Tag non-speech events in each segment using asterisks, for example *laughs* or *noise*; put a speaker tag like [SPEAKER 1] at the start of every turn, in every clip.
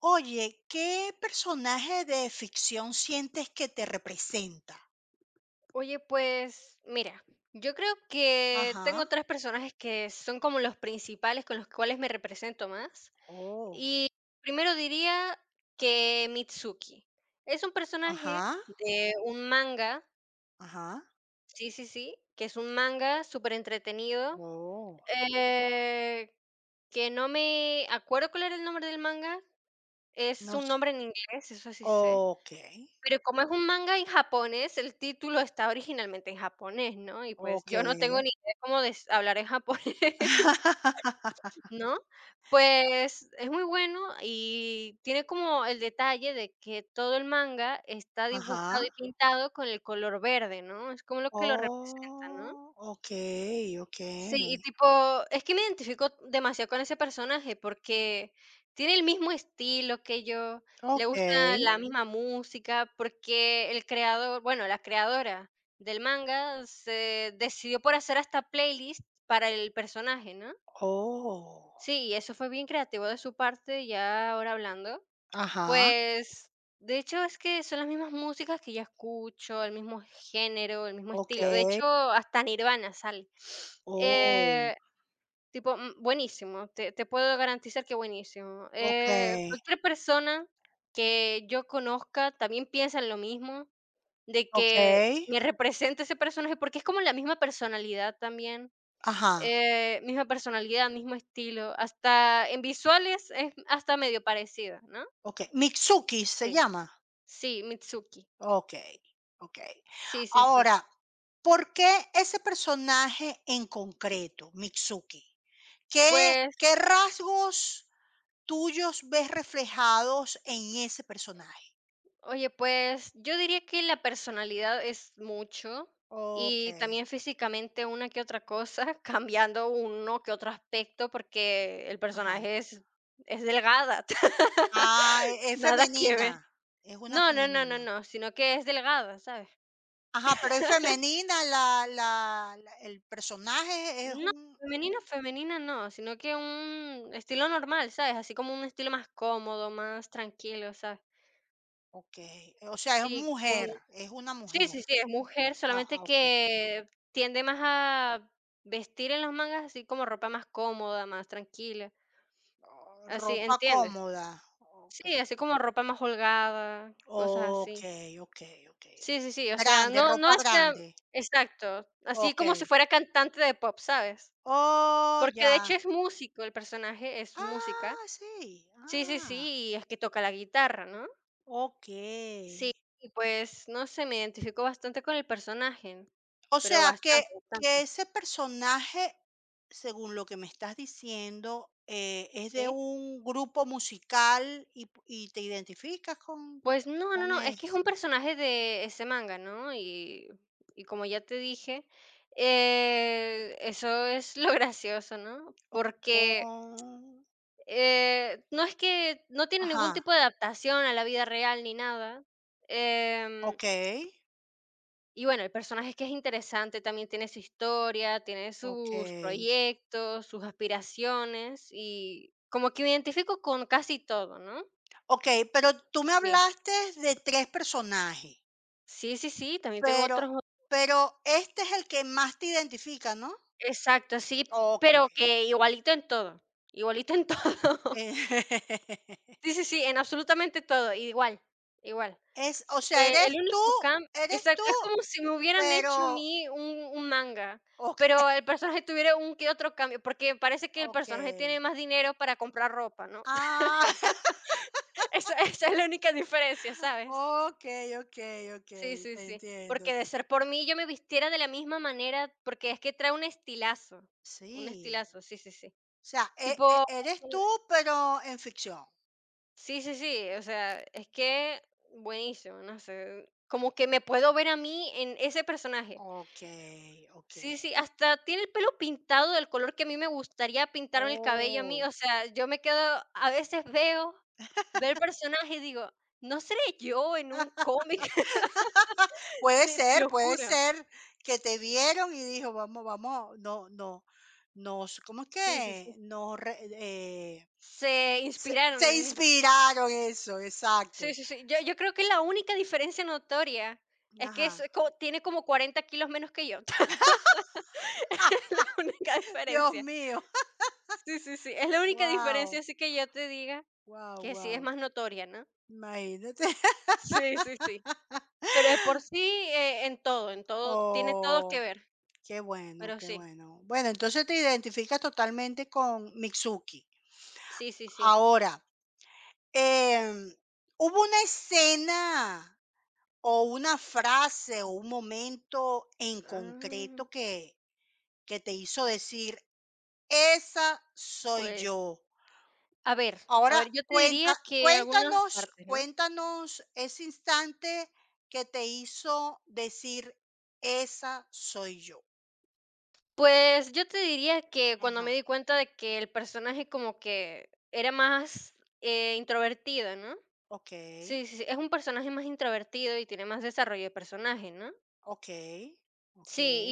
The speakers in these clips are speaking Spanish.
[SPEAKER 1] Oye, ¿qué personaje de ficción sientes que te representa?
[SPEAKER 2] Oye, pues mira, yo creo que
[SPEAKER 1] Ajá.
[SPEAKER 2] tengo tres personajes que son como los principales con los cuales me represento más.
[SPEAKER 1] Oh.
[SPEAKER 2] Y primero diría que Mitsuki. Es un personaje
[SPEAKER 1] Ajá,
[SPEAKER 2] de un manga,
[SPEAKER 1] ajá.
[SPEAKER 2] sí, sí, sí, que es un manga súper entretenido,
[SPEAKER 1] Oh,
[SPEAKER 2] eh, que no me acuerdo cuál era el nombre del manga. Es
[SPEAKER 1] no
[SPEAKER 2] un
[SPEAKER 1] sé.
[SPEAKER 2] nombre en inglés, eso sí sé.
[SPEAKER 1] Okey,
[SPEAKER 2] Pero como es un manga en japonés, el título está originalmente en japonés, ¿no? Y pues yo no tengo, claro,
[SPEAKER 1] okey.
[SPEAKER 2] ni idea cómo des hablar en japonés, *laughs*
[SPEAKER 1] *laughs*
[SPEAKER 2] ¿no? Pues es muy bueno y tiene como el detalle de que todo el manga está
[SPEAKER 1] Ajá.
[SPEAKER 2] dibujado y pintado con el color verde, ¿no? Es como lo que lo representa, ¿no?
[SPEAKER 1] Oh, okey,
[SPEAKER 2] Sí, y
[SPEAKER 1] okey,
[SPEAKER 2] tipo, es que me identifico demasiado con ese personaje porque tiene el mismo estilo que yo, le gusta
[SPEAKER 1] okey.
[SPEAKER 2] la misma música, porque el creador, bueno, la creadora del manga se decidió por hacer hasta playlist para el personaje, ¿no?
[SPEAKER 1] Oh,
[SPEAKER 2] Sí, y eso fue bien creativo de su parte, ya ahora hablando.
[SPEAKER 1] ajá,
[SPEAKER 2] Pues, de hecho, es que son las mismas músicas que yo escucho, el mismo género, el mismo estilo. De
[SPEAKER 1] okey.
[SPEAKER 2] hecho, hasta Nirvana sale. *sniffs*
[SPEAKER 1] Oh,
[SPEAKER 2] Eh, Tipo, buenísimo, te puedo garantizar que buenísimo.
[SPEAKER 1] okey,
[SPEAKER 2] Cualquier persona que yo conozca también piensa en lo mismo, de que
[SPEAKER 1] okey.
[SPEAKER 2] me represente ese personaje, porque es como la misma personalidad también,
[SPEAKER 1] Ajá,
[SPEAKER 2] misma personalidad, mismo estilo, hasta en visuales es hasta medio parecida, ¿no?
[SPEAKER 1] okey. Mitsuki se
[SPEAKER 2] Sí,
[SPEAKER 1] llama.
[SPEAKER 2] sí, Mitsuki,
[SPEAKER 1] Okey, okey.
[SPEAKER 2] sí, sí, sí.
[SPEAKER 1] Ahora, ¿por qué ese personaje en concreto, Mitsuki? ¿Qué
[SPEAKER 2] Pues,
[SPEAKER 1] qué rasgos tuyos ves reflejados en ese personaje?
[SPEAKER 2] oye, pues yo diría que la personalidad es mucho y
[SPEAKER 1] Okey,
[SPEAKER 2] también físicamente una que otra cosa, *laughs* cambiando uno que otro aspecto porque el
[SPEAKER 1] ajá.
[SPEAKER 2] personaje es delgada, *laughs*
[SPEAKER 1] Ah, e es
[SPEAKER 2] nada que
[SPEAKER 1] femenina,
[SPEAKER 2] ver.
[SPEAKER 1] es una
[SPEAKER 2] No, no, no, no,
[SPEAKER 1] femenina.
[SPEAKER 2] no, sino que es delgada, ¿sabes?
[SPEAKER 1] Ajá, pero es femenina la el personaje es
[SPEAKER 2] No,
[SPEAKER 1] un
[SPEAKER 2] femenina, femenina no, sino que un estilo normal, ¿sabes? Así como un estilo más cómodo, más tranquilo, ¿sabes?
[SPEAKER 1] okey, o sea, es
[SPEAKER 2] Sí, como
[SPEAKER 1] mujer, es una
[SPEAKER 2] Sí,
[SPEAKER 1] mujer.
[SPEAKER 2] sí, sí, es mujer,
[SPEAKER 1] Ah, ah,
[SPEAKER 2] solamente
[SPEAKER 1] okey.
[SPEAKER 2] que tiende más a vestir en las mangas así como ropa más cómoda, más tranquila, así,
[SPEAKER 1] Ropa
[SPEAKER 2] ¿entiendes?
[SPEAKER 1] cómoda, okey.
[SPEAKER 2] Sí, así como ropa más holgada, cosas así.
[SPEAKER 1] Okay, okay, okay.
[SPEAKER 2] Sí, sí, sí, o sea,
[SPEAKER 1] Grande,
[SPEAKER 2] no
[SPEAKER 1] ropa
[SPEAKER 2] es la.
[SPEAKER 1] grande.
[SPEAKER 2] Exacto, así como si
[SPEAKER 1] Okey.
[SPEAKER 2] fuera cantante de pop, ¿sabes?
[SPEAKER 1] Oh,
[SPEAKER 2] Porque de
[SPEAKER 1] ya.
[SPEAKER 2] hecho es músico, el personaje es música.
[SPEAKER 1] Ah, sí.
[SPEAKER 2] Sí, sí,
[SPEAKER 1] Ah,
[SPEAKER 2] sí, y es que toca la guitarra, ¿no?
[SPEAKER 1] okey.
[SPEAKER 2] Sí, y pues, no sé, me identifico bastante con el personaje,
[SPEAKER 1] O
[SPEAKER 2] pero
[SPEAKER 1] sea, que
[SPEAKER 2] bastante,
[SPEAKER 1] que
[SPEAKER 2] bastante,
[SPEAKER 1] ese personaje, según lo que me estás diciendo, es de
[SPEAKER 2] ¿sí?
[SPEAKER 1] un grupo musical y p y te identificas
[SPEAKER 2] Pues no,
[SPEAKER 1] con
[SPEAKER 2] no, no, es que es
[SPEAKER 1] eso.
[SPEAKER 2] un personaje de ese manga, ¿no? Y como ya te dije, eso es lo *laughs* gracioso, ¿no? Porque
[SPEAKER 1] Oh.
[SPEAKER 2] no es que no tiene ningún
[SPEAKER 1] Ajá,
[SPEAKER 2] tipo de adaptación a la vida real ni nada. em,
[SPEAKER 1] okey.
[SPEAKER 2] y bueno, el personaje es que es interesante, también tiene su historia, tiene sus
[SPEAKER 1] Okey.
[SPEAKER 2] proyectos, sus aspiraciones y como que me identifico con casi todo, ¿no?
[SPEAKER 1] Okey, pero tú me
[SPEAKER 2] Sí.
[SPEAKER 1] hablaste de 3 personajes.
[SPEAKER 2] Sí, sí, sí, también tengo
[SPEAKER 1] Pero
[SPEAKER 2] otros.
[SPEAKER 1] pero este es el que más te identifica, ¿no?
[SPEAKER 2] Exacto, sí,
[SPEAKER 1] Okey.
[SPEAKER 2] pero que igualito en todo, igualito en todo. *laughs*
[SPEAKER 1] *laughs*
[SPEAKER 2] Sí, sí, sí, en absolutamente todo, igual, igual.
[SPEAKER 1] Es o
[SPEAKER 2] S
[SPEAKER 1] sea,
[SPEAKER 2] El
[SPEAKER 1] eres tú
[SPEAKER 2] único cambio,
[SPEAKER 1] eres tú,
[SPEAKER 2] exacto, es como si me hubieran hecho a
[SPEAKER 1] pero
[SPEAKER 2] mí un manga,
[SPEAKER 1] okey,
[SPEAKER 2] pero el personaje tuviera un que otro cambio, porque parece que el personaje
[SPEAKER 1] okey.
[SPEAKER 2] tiene más dinero para comprar ropa, ¿no?
[SPEAKER 1] Ah, *laughs*
[SPEAKER 2] *laughs* Esa es la única diferencia, ¿sabes?
[SPEAKER 1] okey, okey, okey,
[SPEAKER 2] Sí, sí,
[SPEAKER 1] te
[SPEAKER 2] sí,
[SPEAKER 1] entiendo,
[SPEAKER 2] porque
[SPEAKER 1] te
[SPEAKER 2] de ser por mí, yo me vistiera de la misma manera, porque es que trae
[SPEAKER 1] Sí,
[SPEAKER 2] un estilazo, sí, sí, sí.
[SPEAKER 1] o sea,
[SPEAKER 2] Tipo.
[SPEAKER 1] eres tú, pero en ficción.
[SPEAKER 2] Sí, sí, sí, o sea, es que buenísimo, no sé, como que me puedo ver a mí en ese personaje.
[SPEAKER 1] Okey, okey.
[SPEAKER 2] Sí, sí, hasta tiene el pelo pintado del color que a mí me gustaría pintarme el cabello a mí,
[SPEAKER 1] Oh.
[SPEAKER 2] o sea, yo me quedo, a veces veo el personaje y digo, no seré yo en un cómic, *laughs* te lo
[SPEAKER 1] Puede
[SPEAKER 2] juro.
[SPEAKER 1] ser que te vieron y dijo: "Vamos, vamos, no nos", ¿cómo es
[SPEAKER 2] Sí, sí,
[SPEAKER 1] que?
[SPEAKER 2] sí.
[SPEAKER 1] Nos re
[SPEAKER 2] Se
[SPEAKER 1] se
[SPEAKER 2] inspiraron
[SPEAKER 1] se
[SPEAKER 2] en mí.
[SPEAKER 1] inspiraron, eso,
[SPEAKER 2] Sí,
[SPEAKER 1] exacto.
[SPEAKER 2] sí, sí. Yo creo que la única diferencia notoria es que
[SPEAKER 1] Ajá.
[SPEAKER 2] tiene como 40 kilos menos que yo. *laughs*
[SPEAKER 1] *laughs*
[SPEAKER 2] La única
[SPEAKER 1] Dios
[SPEAKER 2] diferencia.
[SPEAKER 1] mío.
[SPEAKER 2] Sí, sí, sí, es la única diferencia,
[SPEAKER 1] Wow,
[SPEAKER 2] así que yo te diga
[SPEAKER 1] wow,
[SPEAKER 2] que sí es
[SPEAKER 1] wow.
[SPEAKER 2] más notoria, ¿no?
[SPEAKER 1] Imagínate. *laughs*
[SPEAKER 2] Sí, sí, sí, pero de por sí, en todo, tiene todo que
[SPEAKER 1] Oh,
[SPEAKER 2] ver,
[SPEAKER 1] qué bueno,
[SPEAKER 2] pero
[SPEAKER 1] qué
[SPEAKER 2] sí,
[SPEAKER 1] bueno. Bueno, entonces te identificas totalmente con Mitsuki.
[SPEAKER 2] sí, sí, sí.
[SPEAKER 1] Ahora, em, ¿hubo una escena o una frase, o un momento en
[SPEAKER 2] Ah,
[SPEAKER 1] concreto que te hizo decir: "Esa soy
[SPEAKER 2] pues,
[SPEAKER 1] yo".
[SPEAKER 2] a ver, a
[SPEAKER 1] Ahora
[SPEAKER 2] ver, yo te diría
[SPEAKER 1] cuenta
[SPEAKER 2] que algunas
[SPEAKER 1] cuéntanos
[SPEAKER 2] partes, ¿no?
[SPEAKER 1] cuéntanos ese instante que te hizo decir: "Esa soy yo".
[SPEAKER 2] Pues, yo te diría que cuando
[SPEAKER 1] Ajá.
[SPEAKER 2] me di cuenta de que el personaje como que era más, introvertido, ¿no?
[SPEAKER 1] Okey,
[SPEAKER 2] Sí, sí, sí, es un personaje más introvertido y tiene más desarrollo de personaje, ¿no?
[SPEAKER 1] okey, okey.
[SPEAKER 2] Sí,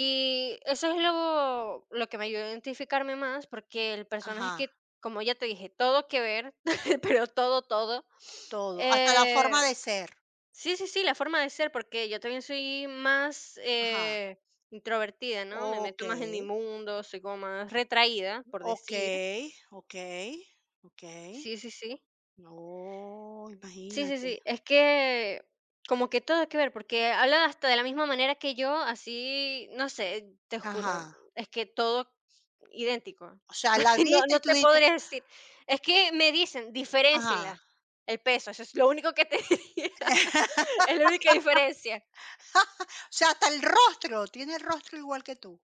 [SPEAKER 2] y eso es lo que me ayudó a identificarme más, porque el personaje
[SPEAKER 1] Ajá.
[SPEAKER 2] que, como ya te dije, todo que ver, *laughs* pero todo, todo.
[SPEAKER 1] Todo, hasta la forma
[SPEAKER 2] Eh,
[SPEAKER 1] de ser.
[SPEAKER 2] sí, sí, sí, la forma de ser, porque yo también soy más
[SPEAKER 1] Ajá.
[SPEAKER 2] introvertida, ¿no? Me meto más en mi
[SPEAKER 1] Okey,
[SPEAKER 2] mundo, soy como más retraída, por decir.
[SPEAKER 1] okey, okey, okey.
[SPEAKER 2] Sí, sí, sí.
[SPEAKER 1] Oh,
[SPEAKER 2] Sí, sí,
[SPEAKER 1] imagínate.
[SPEAKER 2] sí. Es que como que todo que ver, porque habla hasta de la misma manera que yo, así, no sé, te juro,
[SPEAKER 1] Ajá.
[SPEAKER 2] es que todo idéntico.
[SPEAKER 1] O sea, la
[SPEAKER 2] *laughs* No,
[SPEAKER 1] viste y
[SPEAKER 2] no
[SPEAKER 1] tú
[SPEAKER 2] te
[SPEAKER 1] dices
[SPEAKER 2] podría decir. Es que me dicen:
[SPEAKER 1] ajá.
[SPEAKER 2] "Diferéncienlas, el peso", eso es lo único que te *laughs* diría.
[SPEAKER 1] *laughs*
[SPEAKER 2] Es la única diferencia.
[SPEAKER 1] O sea, hasta el rostro, tiene el rostro igual que tú.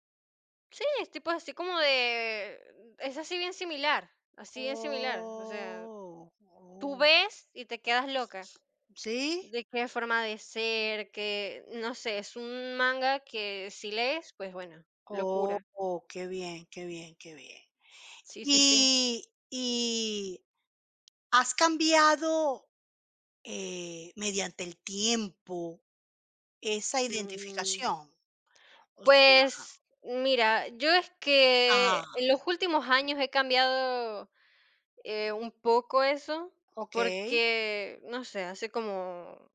[SPEAKER 2] Sí, es tipo así como de es así bien similar, así bien similar. O sea,
[SPEAKER 1] Oh,
[SPEAKER 2] tú
[SPEAKER 1] oh,
[SPEAKER 2] ves y te quedas loca
[SPEAKER 1] ¿sí?
[SPEAKER 2] de qué forma de ser, que no sé, es un manga que si lees, pues bueno,
[SPEAKER 1] Oh,
[SPEAKER 2] locura.
[SPEAKER 1] oh, qué bien, qué bien, qué bien.
[SPEAKER 2] Sí, sí, sí.
[SPEAKER 1] Y y, ¿has cambiado, mediante el tiempo esa
[SPEAKER 2] Mm,
[SPEAKER 1] identificación? O sea
[SPEAKER 2] pues mira, yo es
[SPEAKER 1] ajá,
[SPEAKER 2] que en los últimos años he cambiado. Un poco eso,
[SPEAKER 1] okey,
[SPEAKER 2] porque, no sé, hace como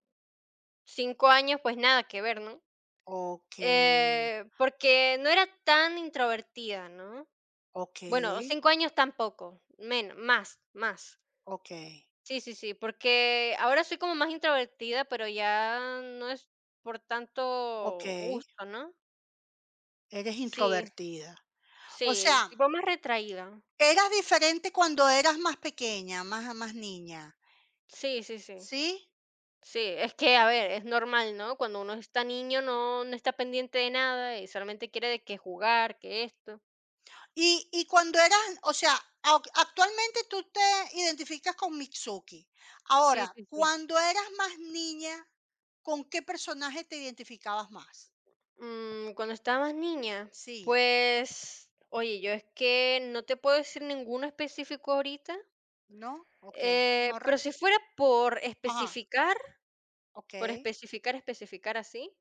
[SPEAKER 2] 5 años, pues nada que ver, ¿no?
[SPEAKER 1] okey,
[SPEAKER 2] Porque no era tan introvertida, ¿no? Bueno,
[SPEAKER 1] okey,
[SPEAKER 2] 5 años tampoco, menos, más, más.
[SPEAKER 1] okey.
[SPEAKER 2] Sí, sí, sí, porque ahora soy como más introvertida, pero ya no es por tanto
[SPEAKER 1] Okey,
[SPEAKER 2] gusto, ¿no?
[SPEAKER 1] eres
[SPEAKER 2] Sí,
[SPEAKER 1] introvertida. O sea,
[SPEAKER 2] sí, tipo más retraída.
[SPEAKER 1] eras diferente cuando eras más pequeña, más niña,
[SPEAKER 2] Sí, sí, sí.
[SPEAKER 1] ¿sí?
[SPEAKER 2] Sí, es que, a ver, es normal, ¿no? Cuando uno está niño no está pendiente de nada y solamente quiere de que jugar, que esto.
[SPEAKER 1] Y cuando eras, o sea, au actualmente tú te identificas con Mitsuki. Ahora,
[SPEAKER 2] Sí, sí, sí.
[SPEAKER 1] cuando eras más niña, ¿con qué personaje te identificabas más?
[SPEAKER 2] Cuando estaba más niña,
[SPEAKER 1] Sí,
[SPEAKER 2] pues, oye, yo es que no te puedo decir ninguno específico ahorita,
[SPEAKER 1] ¿no? Okey, no re
[SPEAKER 2] pero si fuera por
[SPEAKER 1] ajá,
[SPEAKER 2] especificar, por
[SPEAKER 1] okey,
[SPEAKER 2] especificar, especificar así,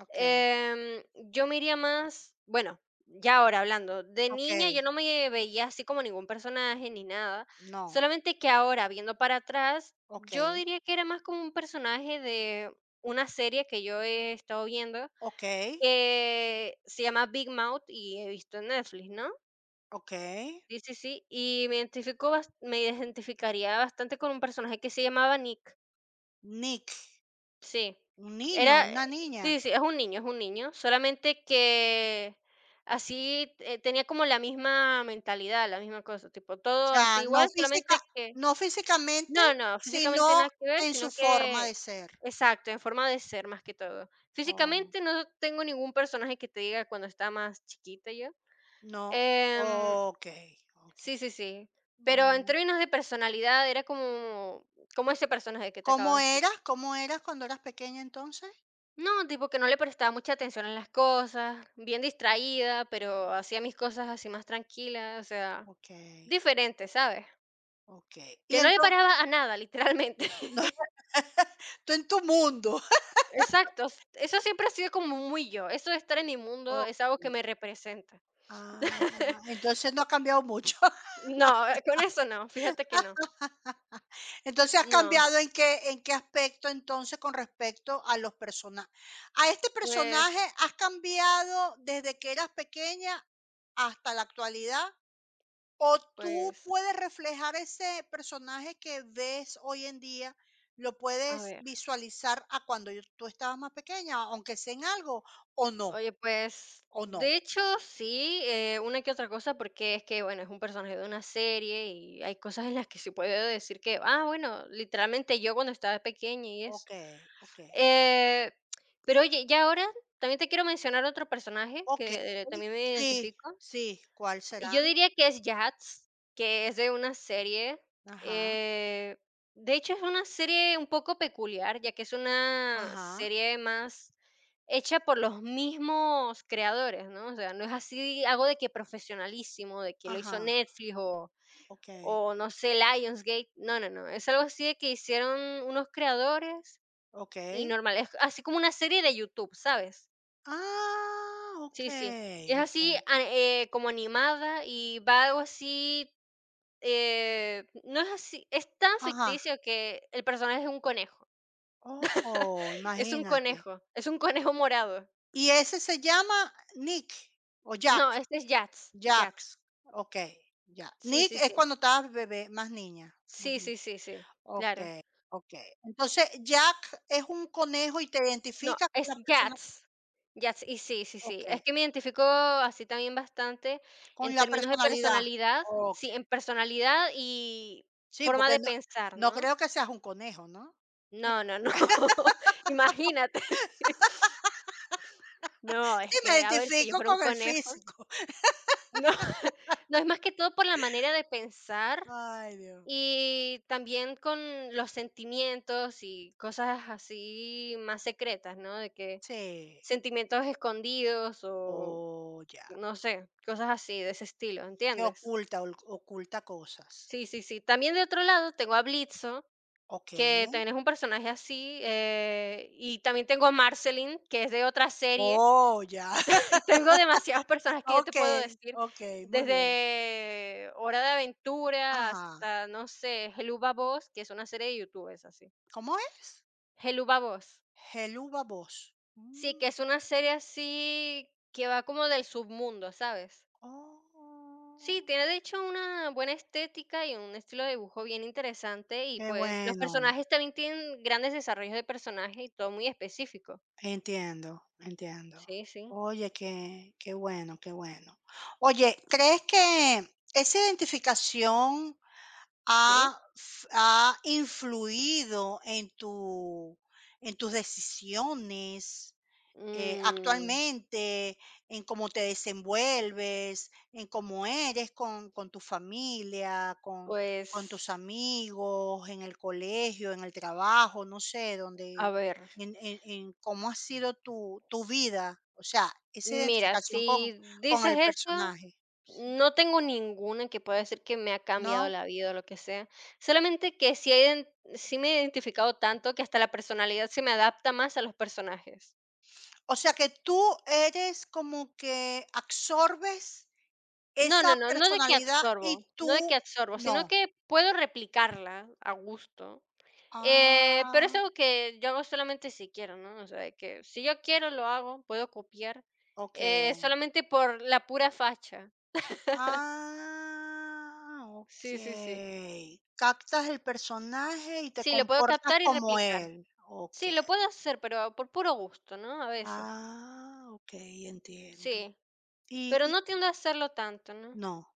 [SPEAKER 1] okey,
[SPEAKER 2] em, yo me iría más, bueno, ya ahora hablando, de niña
[SPEAKER 1] okey,
[SPEAKER 2] yo no me veía así como ningún personaje ni nada,
[SPEAKER 1] no,
[SPEAKER 2] solamente que ahora viendo para atrás, yo
[SPEAKER 1] okey,
[SPEAKER 2] diría que era más como un personaje de una serie que yo he estado viendo
[SPEAKER 1] okey,
[SPEAKER 2] que se llama Big Mouth y he visto en Netflix, ¿no?
[SPEAKER 1] okey.
[SPEAKER 2] Sí, sí, sí, y me identifico, me identificaría bastante con un personaje que se llamaba Nick.
[SPEAKER 1] Nick,
[SPEAKER 2] Sí,
[SPEAKER 1] un niño,
[SPEAKER 2] era
[SPEAKER 1] una niña.
[SPEAKER 2] sí, sí, es un niño, solamente que así, tenía como la misma mentalidad, la misma cosa, tipo,
[SPEAKER 1] O
[SPEAKER 2] todo así
[SPEAKER 1] sea,
[SPEAKER 2] igual, solamente que
[SPEAKER 1] no físicamente,
[SPEAKER 2] no, físicamente
[SPEAKER 1] sino
[SPEAKER 2] nada que ver,
[SPEAKER 1] en su
[SPEAKER 2] sino
[SPEAKER 1] forma de
[SPEAKER 2] que
[SPEAKER 1] ser.
[SPEAKER 2] exacto, en forma de ser más que todo.
[SPEAKER 1] Oh.
[SPEAKER 2] Físicamente no tengo ningún personaje que te diga cuando estaba más chiquita yo.
[SPEAKER 1] No.
[SPEAKER 2] Em,
[SPEAKER 1] Okey, okey.
[SPEAKER 2] sí, sí, sí, pero en
[SPEAKER 1] Oh.
[SPEAKER 2] términos de personalidad era como ese personaje que te acabo de
[SPEAKER 1] ¿Cómo
[SPEAKER 2] decir.
[SPEAKER 1] eras? ¿Cómo eras cuando eras pequeña entonces?
[SPEAKER 2] No, tipo que no le prestaba mucha atención a las cosas, bien distraída, pero hacía mis cosas así más tranquilas, o sea,
[SPEAKER 1] Okey,
[SPEAKER 2] diferente, ¿sabes?
[SPEAKER 1] okey.
[SPEAKER 2] Que
[SPEAKER 1] Y
[SPEAKER 2] no le
[SPEAKER 1] entonces,
[SPEAKER 2] paraba a nada, literalmente.
[SPEAKER 1] *laughs* no,
[SPEAKER 2] *laughs*
[SPEAKER 1] tú en tu mundo.
[SPEAKER 2] Exacto, eso siempre ha sido como muy yo, eso de estar en mi
[SPEAKER 1] *laughs*
[SPEAKER 2] mundo es algo que
[SPEAKER 1] Okey.
[SPEAKER 2] me representa.
[SPEAKER 1] Ah,
[SPEAKER 2] *laughs*
[SPEAKER 1] entonces no ha cambiado mucho.
[SPEAKER 2] No, con eso no, fíjate que no.
[SPEAKER 1] Entonces has
[SPEAKER 2] No,
[SPEAKER 1] cambiado en qué aspecto entonces con respecto a los personajes. A este personaje
[SPEAKER 2] pues,
[SPEAKER 1] has cambiado desde que eras pequeña hasta la actualidad o tú
[SPEAKER 2] pues,
[SPEAKER 1] puedes reflejar ese personaje que ves hoy en día, lo
[SPEAKER 2] a
[SPEAKER 1] puedes
[SPEAKER 2] ver.
[SPEAKER 1] visualizar a cuando yo- tú estabas más pequeña, aunque sea en algo o no,
[SPEAKER 2] Oye, pues,
[SPEAKER 1] o no.
[SPEAKER 2] de hecho, sí, una que otra cosa, porque es que, bueno, es un personaje de una serie y hay cosas en las que se puede decir que, ah, bueno, literalmente yo cuando estaba pequeña y eso.
[SPEAKER 1] Ok, ok,
[SPEAKER 2] Eh, pero oye, ya ahora también te quiero mencionar otro personaje
[SPEAKER 1] ok.
[SPEAKER 2] que también me
[SPEAKER 1] Sí,
[SPEAKER 2] identifico.
[SPEAKER 1] sí, ¿cuál
[SPEAKER 2] Y
[SPEAKER 1] será?
[SPEAKER 2] yo diría que es Yats, que es de una serie,
[SPEAKER 1] Ajá,
[SPEAKER 2] eh, de hecho, es una serie un poco peculiar, ya que es una
[SPEAKER 1] ajá,
[SPEAKER 2] serie más hecha por los mismos creadores, ¿no? O sea, no es así algo de que profesionalísimo, de que lo hizo
[SPEAKER 1] ajá,
[SPEAKER 2] Netflix o
[SPEAKER 1] ok.
[SPEAKER 2] o no sé, Lionsgate. No, no, no, es algo así de que hicieron unos creadores y
[SPEAKER 1] Okey.
[SPEAKER 2] normal, es así como una serie de YouTube, ¿sabes?
[SPEAKER 1] Ah,
[SPEAKER 2] Sí, sí,
[SPEAKER 1] okey,
[SPEAKER 2] es
[SPEAKER 1] okey.
[SPEAKER 2] así, ah, como animada y va algo así no es así, es tan
[SPEAKER 1] Ajá.
[SPEAKER 2] ficticio que el personaje es un conejo.
[SPEAKER 1] Oh, oh,
[SPEAKER 2] *laughs*
[SPEAKER 1] imagínate.
[SPEAKER 2] Es un conejo morado.
[SPEAKER 1] ¿Y ese se llama Nick o Jack?
[SPEAKER 2] No, este es Yats, Yats.
[SPEAKER 1] Jacks. Okey, ya.
[SPEAKER 2] Sí,
[SPEAKER 1] Nick
[SPEAKER 2] sí,
[SPEAKER 1] es
[SPEAKER 2] sí.
[SPEAKER 1] cuando estabas bebé, más niña, más
[SPEAKER 2] Sí,
[SPEAKER 1] niña.
[SPEAKER 2] sí, sí, sí, claro.
[SPEAKER 1] Okey, okey. Entonces, Jack es un conejo y te
[SPEAKER 2] No,
[SPEAKER 1] identificas con
[SPEAKER 2] es
[SPEAKER 1] la persona
[SPEAKER 2] Yats. Yats, y sí, sí, sí.
[SPEAKER 1] okey,
[SPEAKER 2] Es que me identifico así también bastante
[SPEAKER 1] con
[SPEAKER 2] en
[SPEAKER 1] la
[SPEAKER 2] términos de
[SPEAKER 1] personalidad.
[SPEAKER 2] personalidad, sí,
[SPEAKER 1] Okey.
[SPEAKER 2] en personalidad y
[SPEAKER 1] Sí,
[SPEAKER 2] forma
[SPEAKER 1] porque
[SPEAKER 2] de
[SPEAKER 1] no
[SPEAKER 2] pensar,
[SPEAKER 1] no
[SPEAKER 2] ¿no?
[SPEAKER 1] creo que seas un conejo, ¿no?
[SPEAKER 2] No, no, no, *laughs* imagínate. *laughs* No, es
[SPEAKER 1] Sí, me
[SPEAKER 2] que, a ver, si yo
[SPEAKER 1] identifico
[SPEAKER 2] fuera un
[SPEAKER 1] con el
[SPEAKER 2] conejo.
[SPEAKER 1] físico. *laughs*
[SPEAKER 2] No, *laughs* no, es más que todo por la manera de pensar
[SPEAKER 1] Ay, Dios.
[SPEAKER 2] y también con los sentimientos y cosas así más secretas, ¿no? De que
[SPEAKER 1] Sí.
[SPEAKER 2] sentimientos escondidos o
[SPEAKER 1] Oh, ya.
[SPEAKER 2] no sé, cosas así de ese estilo,
[SPEAKER 1] Que
[SPEAKER 2] ¿entiendes?
[SPEAKER 1] oculta, ol oculta cosas.
[SPEAKER 2] Sí, sí, sí. También de otro lado tengo a Blitzo,
[SPEAKER 1] Okey.
[SPEAKER 2] que también es un personaje así, y también tengo a Marceline, que es de otra serie.
[SPEAKER 1] Oh, ya. *laughs*
[SPEAKER 2] Tengo demasiadas personas que yo te puedo
[SPEAKER 1] Okey,
[SPEAKER 2] decir,
[SPEAKER 1] okey, muy bien.
[SPEAKER 2] desde Hora de Aventura
[SPEAKER 1] Ajá.
[SPEAKER 2] hasta, no sé, Geluba Voz, que es una serie de youtubers así.
[SPEAKER 1] ¿Cómo es?
[SPEAKER 2] Geluba Voz.
[SPEAKER 1] Helú baboso.
[SPEAKER 2] Sí,
[SPEAKER 1] Mm,
[SPEAKER 2] que es una serie así que va como del submundo, ¿sabes?
[SPEAKER 1] oh,
[SPEAKER 2] Sí, tiene de hecho una buena estética y un estilo de dibujo bien interesante y
[SPEAKER 1] qué
[SPEAKER 2] pues los
[SPEAKER 1] bueno.
[SPEAKER 2] personajes también tienen grandes desarrollos de personaje y todo muy específico.
[SPEAKER 1] Entiendo, entiendo.
[SPEAKER 2] Sí, sí,
[SPEAKER 1] Oye, qué bueno, qué bueno. Oye, ¿crees que esa identificación
[SPEAKER 2] sí.
[SPEAKER 1] ha influido en tu en tus decisiones
[SPEAKER 2] Mm,
[SPEAKER 1] actualmente, en cómo te desenvuelves, en cómo eres con tu familia, con tus
[SPEAKER 2] pues,
[SPEAKER 1] amigos, en el colegio, en el trabajo, no sé,
[SPEAKER 2] a
[SPEAKER 1] donde,
[SPEAKER 2] ver.
[SPEAKER 1] en cómo ha sido tu, tu vida, o sea, esa
[SPEAKER 2] Mira,
[SPEAKER 1] identificación
[SPEAKER 2] si
[SPEAKER 1] con
[SPEAKER 2] dices
[SPEAKER 1] el
[SPEAKER 2] eso,
[SPEAKER 1] personaje, sí,
[SPEAKER 2] no tengo ninguna que pueda decir que me ha cambiado
[SPEAKER 1] ¿no?
[SPEAKER 2] la vida o lo que sea. Solamente que sí, sí me he identificado tanto que hasta la personalidad se me adapta más a los personajes.
[SPEAKER 1] O sea que tú eres como que absorbes
[SPEAKER 2] No,
[SPEAKER 1] esa
[SPEAKER 2] no, no, no de que
[SPEAKER 1] personalidad
[SPEAKER 2] absorbo,
[SPEAKER 1] y
[SPEAKER 2] no de que
[SPEAKER 1] tú
[SPEAKER 2] absorbo, sino
[SPEAKER 1] no.
[SPEAKER 2] que puedo replicarla a gusto. Pero es
[SPEAKER 1] Ah,
[SPEAKER 2] algo que yo hago solamente si quiero, ¿no? O sea, de que si yo quiero lo hago, puedo copiar,
[SPEAKER 1] ok.
[SPEAKER 2] solamente por la pura facha.
[SPEAKER 1] Ah,
[SPEAKER 2] Sí, sí, sí.
[SPEAKER 1] okey. Captas el personaje y te
[SPEAKER 2] Sí, lo puedo
[SPEAKER 1] comportas
[SPEAKER 2] captar y
[SPEAKER 1] como
[SPEAKER 2] replicar.
[SPEAKER 1] él.
[SPEAKER 2] Sí,
[SPEAKER 1] Okey.
[SPEAKER 2] lo puedo hacer, pero por puro gusto, ¿no? A veces.
[SPEAKER 1] Ah, okey, entiendo.
[SPEAKER 2] Sí,
[SPEAKER 1] Y
[SPEAKER 2] pero
[SPEAKER 1] y
[SPEAKER 2] no tiendo a hacerlo tanto, ¿no?
[SPEAKER 1] no,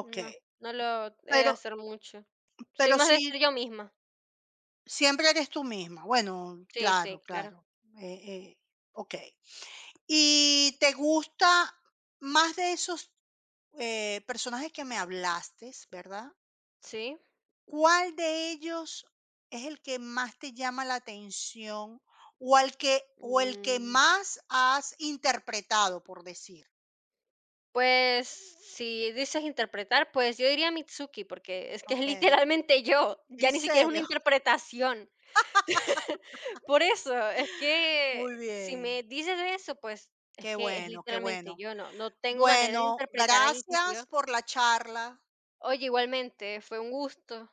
[SPEAKER 2] No, no lo he de
[SPEAKER 1] Pero
[SPEAKER 2] hacer mucho. Soy
[SPEAKER 1] pero
[SPEAKER 2] más de
[SPEAKER 1] sí,
[SPEAKER 2] ser yo misma.
[SPEAKER 1] siempre eres tú misma. Bueno,
[SPEAKER 2] Sí,
[SPEAKER 1] claro,
[SPEAKER 2] sí, claro.
[SPEAKER 1] claro. Eh, eh, okey. ¿Y te gusta más de esos, personajes que me hablaste, verdad?
[SPEAKER 2] Sí.
[SPEAKER 1] ¿Cuál de ellos es el que más te llama la atención o el que
[SPEAKER 2] Mm,
[SPEAKER 1] más has interpretado, por decir?
[SPEAKER 2] pues, si dices interpretar, pues yo diría Mitsuki, porque es que es
[SPEAKER 1] Okey,
[SPEAKER 2] literalmente yo,
[SPEAKER 1] ¿en
[SPEAKER 2] ya ni siquiera es una
[SPEAKER 1] serio? *laughs*
[SPEAKER 2] interpretación. *laughs* Por eso, es que
[SPEAKER 1] Muy
[SPEAKER 2] si
[SPEAKER 1] bien,
[SPEAKER 2] me dices eso, pues es
[SPEAKER 1] qué
[SPEAKER 2] que es
[SPEAKER 1] bueno, qué
[SPEAKER 2] literalmente
[SPEAKER 1] bueno.
[SPEAKER 2] yo, no tengo manera de
[SPEAKER 1] Bueno,
[SPEAKER 2] interpretar a alguien que es
[SPEAKER 1] gracias
[SPEAKER 2] yo.
[SPEAKER 1] por la charla.
[SPEAKER 2] Oye, igualmente, fue un gusto.